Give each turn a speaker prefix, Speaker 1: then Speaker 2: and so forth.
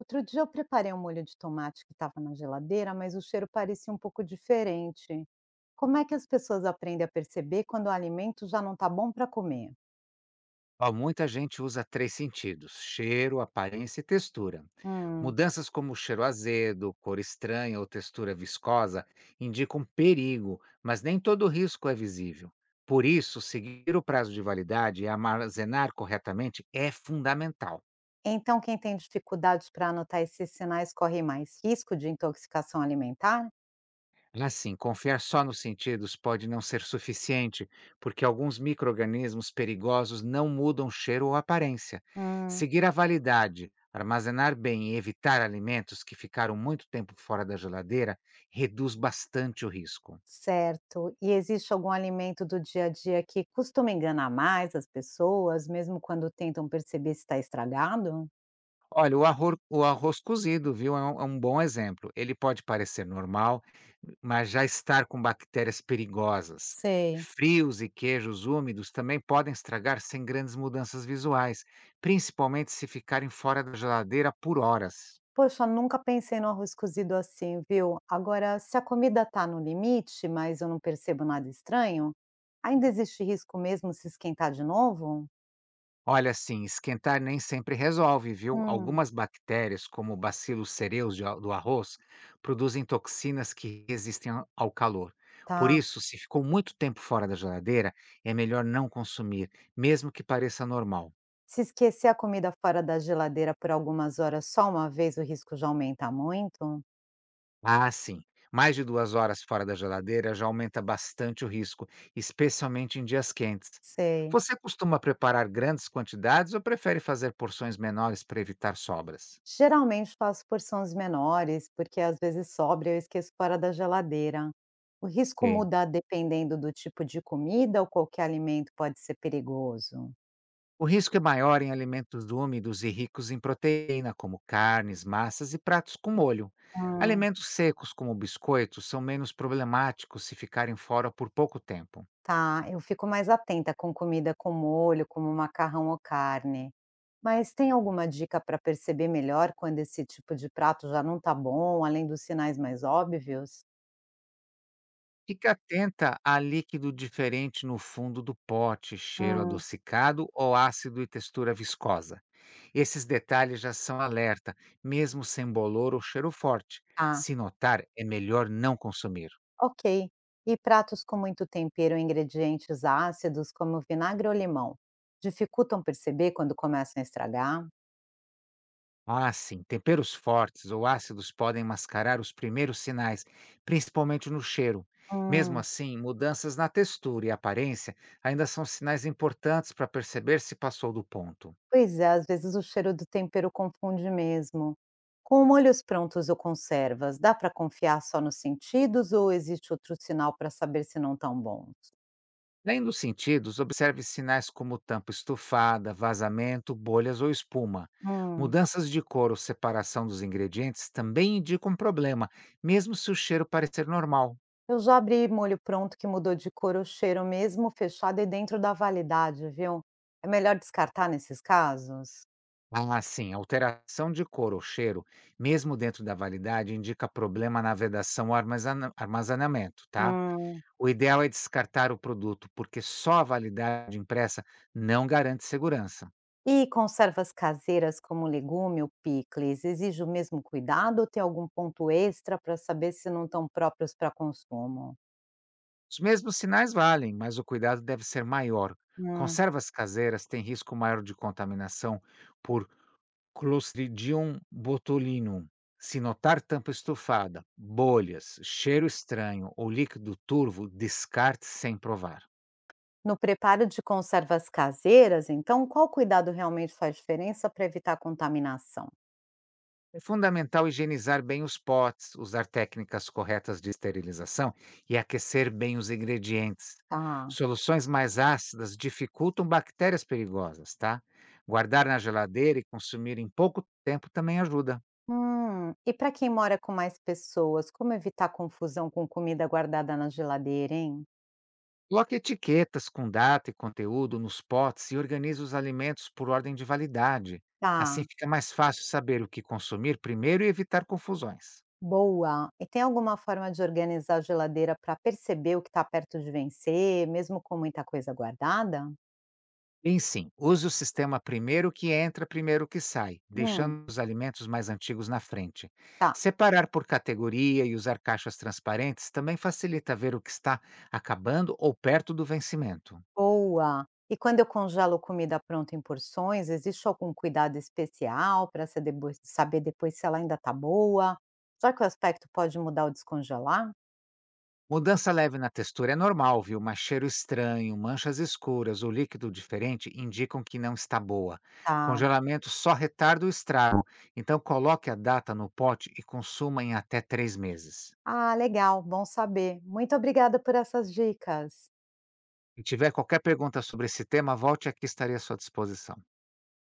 Speaker 1: Outro dia eu preparei um molho de tomate que estava na geladeira, mas o cheiro parecia um pouco diferente. Como é que as pessoas aprendem a perceber quando o alimento já não está bom para comer?
Speaker 2: Ó, muita gente usa três sentidos: cheiro, aparência e textura.
Speaker 1: Hum,
Speaker 2: Mudanças como cheiro azedo, cor estranha ou textura viscosa indicam perigo, mas nem todo risco é visível. Por isso, seguir o prazo de validade e armazenar corretamente é fundamental.
Speaker 1: Então, quem tem dificuldade para anotar esses sinais corre mais risco de intoxicação alimentar?
Speaker 2: Assim, confiar só nos sentidos pode não ser suficiente, porque alguns micro-organismos perigosos não mudam cheiro ou aparência.
Speaker 1: Hum,
Speaker 2: Seguir a validade, armazenar bem e evitar alimentos que ficaram muito tempo fora da geladeira reduz bastante o risco.
Speaker 1: Certo. E existe algum alimento do dia a dia que costuma enganar mais as pessoas, mesmo quando tentam perceber se está estragado?
Speaker 2: Olha, o arroz cozido, viu, é um bom exemplo. Ele pode parecer normal, mas já estar com bactérias perigosas.
Speaker 1: Sei.
Speaker 2: Frios e queijos úmidos também podem estragar sem grandes mudanças visuais, principalmente se ficarem fora da geladeira por horas.
Speaker 1: Poxa, nunca pensei no arroz cozido assim, viu? Agora, se a comida tá no limite, mas eu não percebo nada estranho, ainda existe risco mesmo se esquentar de novo?
Speaker 2: Olha, assim, esquentar nem sempre resolve, viu?
Speaker 1: Hum,
Speaker 2: Algumas bactérias, como bacilos cereus do arroz, produzem toxinas que resistem ao calor. Por
Speaker 1: tá.
Speaker 2: isso, se ficou muito tempo fora da geladeira, é melhor não consumir, mesmo que pareça normal.
Speaker 1: Se esquecer a comida fora da geladeira por algumas horas só uma vez, o risco já aumenta muito?
Speaker 2: Ah, sim, mais de 2 horas fora da geladeira já aumenta bastante o risco, especialmente em dias quentes.
Speaker 1: Sei.
Speaker 2: Você costuma preparar grandes quantidades ou prefere fazer porções menores para evitar sobras?
Speaker 1: Geralmente faço porções menores, porque às vezes sobra e eu esqueço fora da geladeira. O risco
Speaker 2: Ok.
Speaker 1: muda dependendo do tipo de comida ou qualquer alimento pode ser perigoso?
Speaker 2: O risco é maior em alimentos úmidos e ricos em proteína, como carnes, massas e pratos com molho.
Speaker 1: Hum.
Speaker 2: Alimentos secos, como biscoitos, são menos problemáticos se ficarem fora por pouco tempo.
Speaker 1: Tá, eu fico mais atenta com comida com molho, como macarrão ou carne. Mas tem alguma dica para perceber melhor quando esse tipo de prato já não tá bom, além dos sinais mais óbvios?
Speaker 2: Fique atenta a líquido diferente no fundo do pote, cheiro
Speaker 1: Hum,
Speaker 2: adocicado ou ácido e textura viscosa. Esses detalhes já são alerta, mesmo sem bolor ou cheiro forte.
Speaker 1: tá,
Speaker 2: Se notar, é melhor não consumir.
Speaker 1: ok. E pratos com muito tempero ou ingredientes ácidos, como vinagre ou limão, dificultam perceber quando começam a estragar?
Speaker 2: Ah, sim. Temperos fortes ou ácidos podem mascarar os primeiros sinais, principalmente no cheiro. Mesmo
Speaker 1: Hum.
Speaker 2: assim, mudanças na textura e aparência ainda são sinais importantes para perceber se passou do ponto.
Speaker 1: Pois é, às vezes o cheiro do tempero confunde mesmo. Com molhos prontos ou conservas, dá para confiar só nos sentidos ou existe outro sinal para saber se não estão bons?
Speaker 2: Além dos sentidos, observe sinais como tampa estufada, vazamento, bolhas ou espuma.
Speaker 1: Hum,
Speaker 2: Mudanças de cor ou separação dos ingredientes também indicam problema, mesmo se o cheiro parecer normal.
Speaker 1: eu já abri molho pronto que mudou de cor ou cheiro mesmo fechado e dentro da validade, viu? É melhor descartar nesses casos?
Speaker 2: Ah, sim, alteração de cor ou cheiro, mesmo dentro da validade, indica problema na vedação ou armazenamento, tá?
Speaker 1: Hum.
Speaker 2: O ideal é descartar o produto, porque só a validade impressa não garante segurança.
Speaker 1: E conservas caseiras como legume ou picles, exige o mesmo cuidado ou tem algum ponto extra para saber se não estão próprios para consumo?
Speaker 2: Os mesmos sinais valem, mas o cuidado deve ser maior.
Speaker 1: Hum.
Speaker 2: Conservas caseiras têm risco maior de contaminação por Clostridium botulinum. Se notar tampa estufada, bolhas, cheiro estranho ou líquido turvo, descarte sem provar.
Speaker 1: No preparo de conservas caseiras, então, qual cuidado realmente faz diferença para evitar contaminação?
Speaker 2: É fundamental higienizar bem os potes, usar técnicas corretas de esterilização e aquecer bem os ingredientes.
Speaker 1: Tá.
Speaker 2: Soluções mais ácidas dificultam bactérias perigosas, tá? Guardar na geladeira e consumir em pouco tempo também ajuda.
Speaker 1: E para quem mora com mais pessoas, como evitar confusão com comida guardada na geladeira, hein?
Speaker 2: Coloque etiquetas com data e conteúdo nos potes e organize os alimentos por ordem de validade. Assim
Speaker 1: Tá,
Speaker 2: fica mais fácil saber o que consumir primeiro e evitar confusões.
Speaker 1: boa. E tem alguma forma de organizar a geladeira para perceber o que está perto de vencer, mesmo com muita coisa guardada?
Speaker 2: Bem, sim. Use o sistema primeiro que entra, primeiro que sai,
Speaker 1: Hum,
Speaker 2: deixando os alimentos mais antigos na frente.
Speaker 1: tá.
Speaker 2: Separar por categoria e usar caixas transparentes também facilita ver o que está acabando ou perto do vencimento.
Speaker 1: Boa! E quando eu congelo comida pronta em porções, existe algum cuidado especial para saber depois se ela ainda está boa? Já que o aspecto pode mudar ao descongelar?
Speaker 2: Mudança leve na textura é normal, viu? Mas cheiro estranho, manchas escuras ou líquido diferente indicam que não está boa.
Speaker 1: Tá.
Speaker 2: Congelamento só retarda o estrago, então coloque a data no pote e consuma em até 3 meses.
Speaker 1: Ah, legal, bom saber. Muito obrigada por essas dicas.
Speaker 2: E tiver qualquer pergunta sobre esse tema, volte aqui, estarei à sua disposição.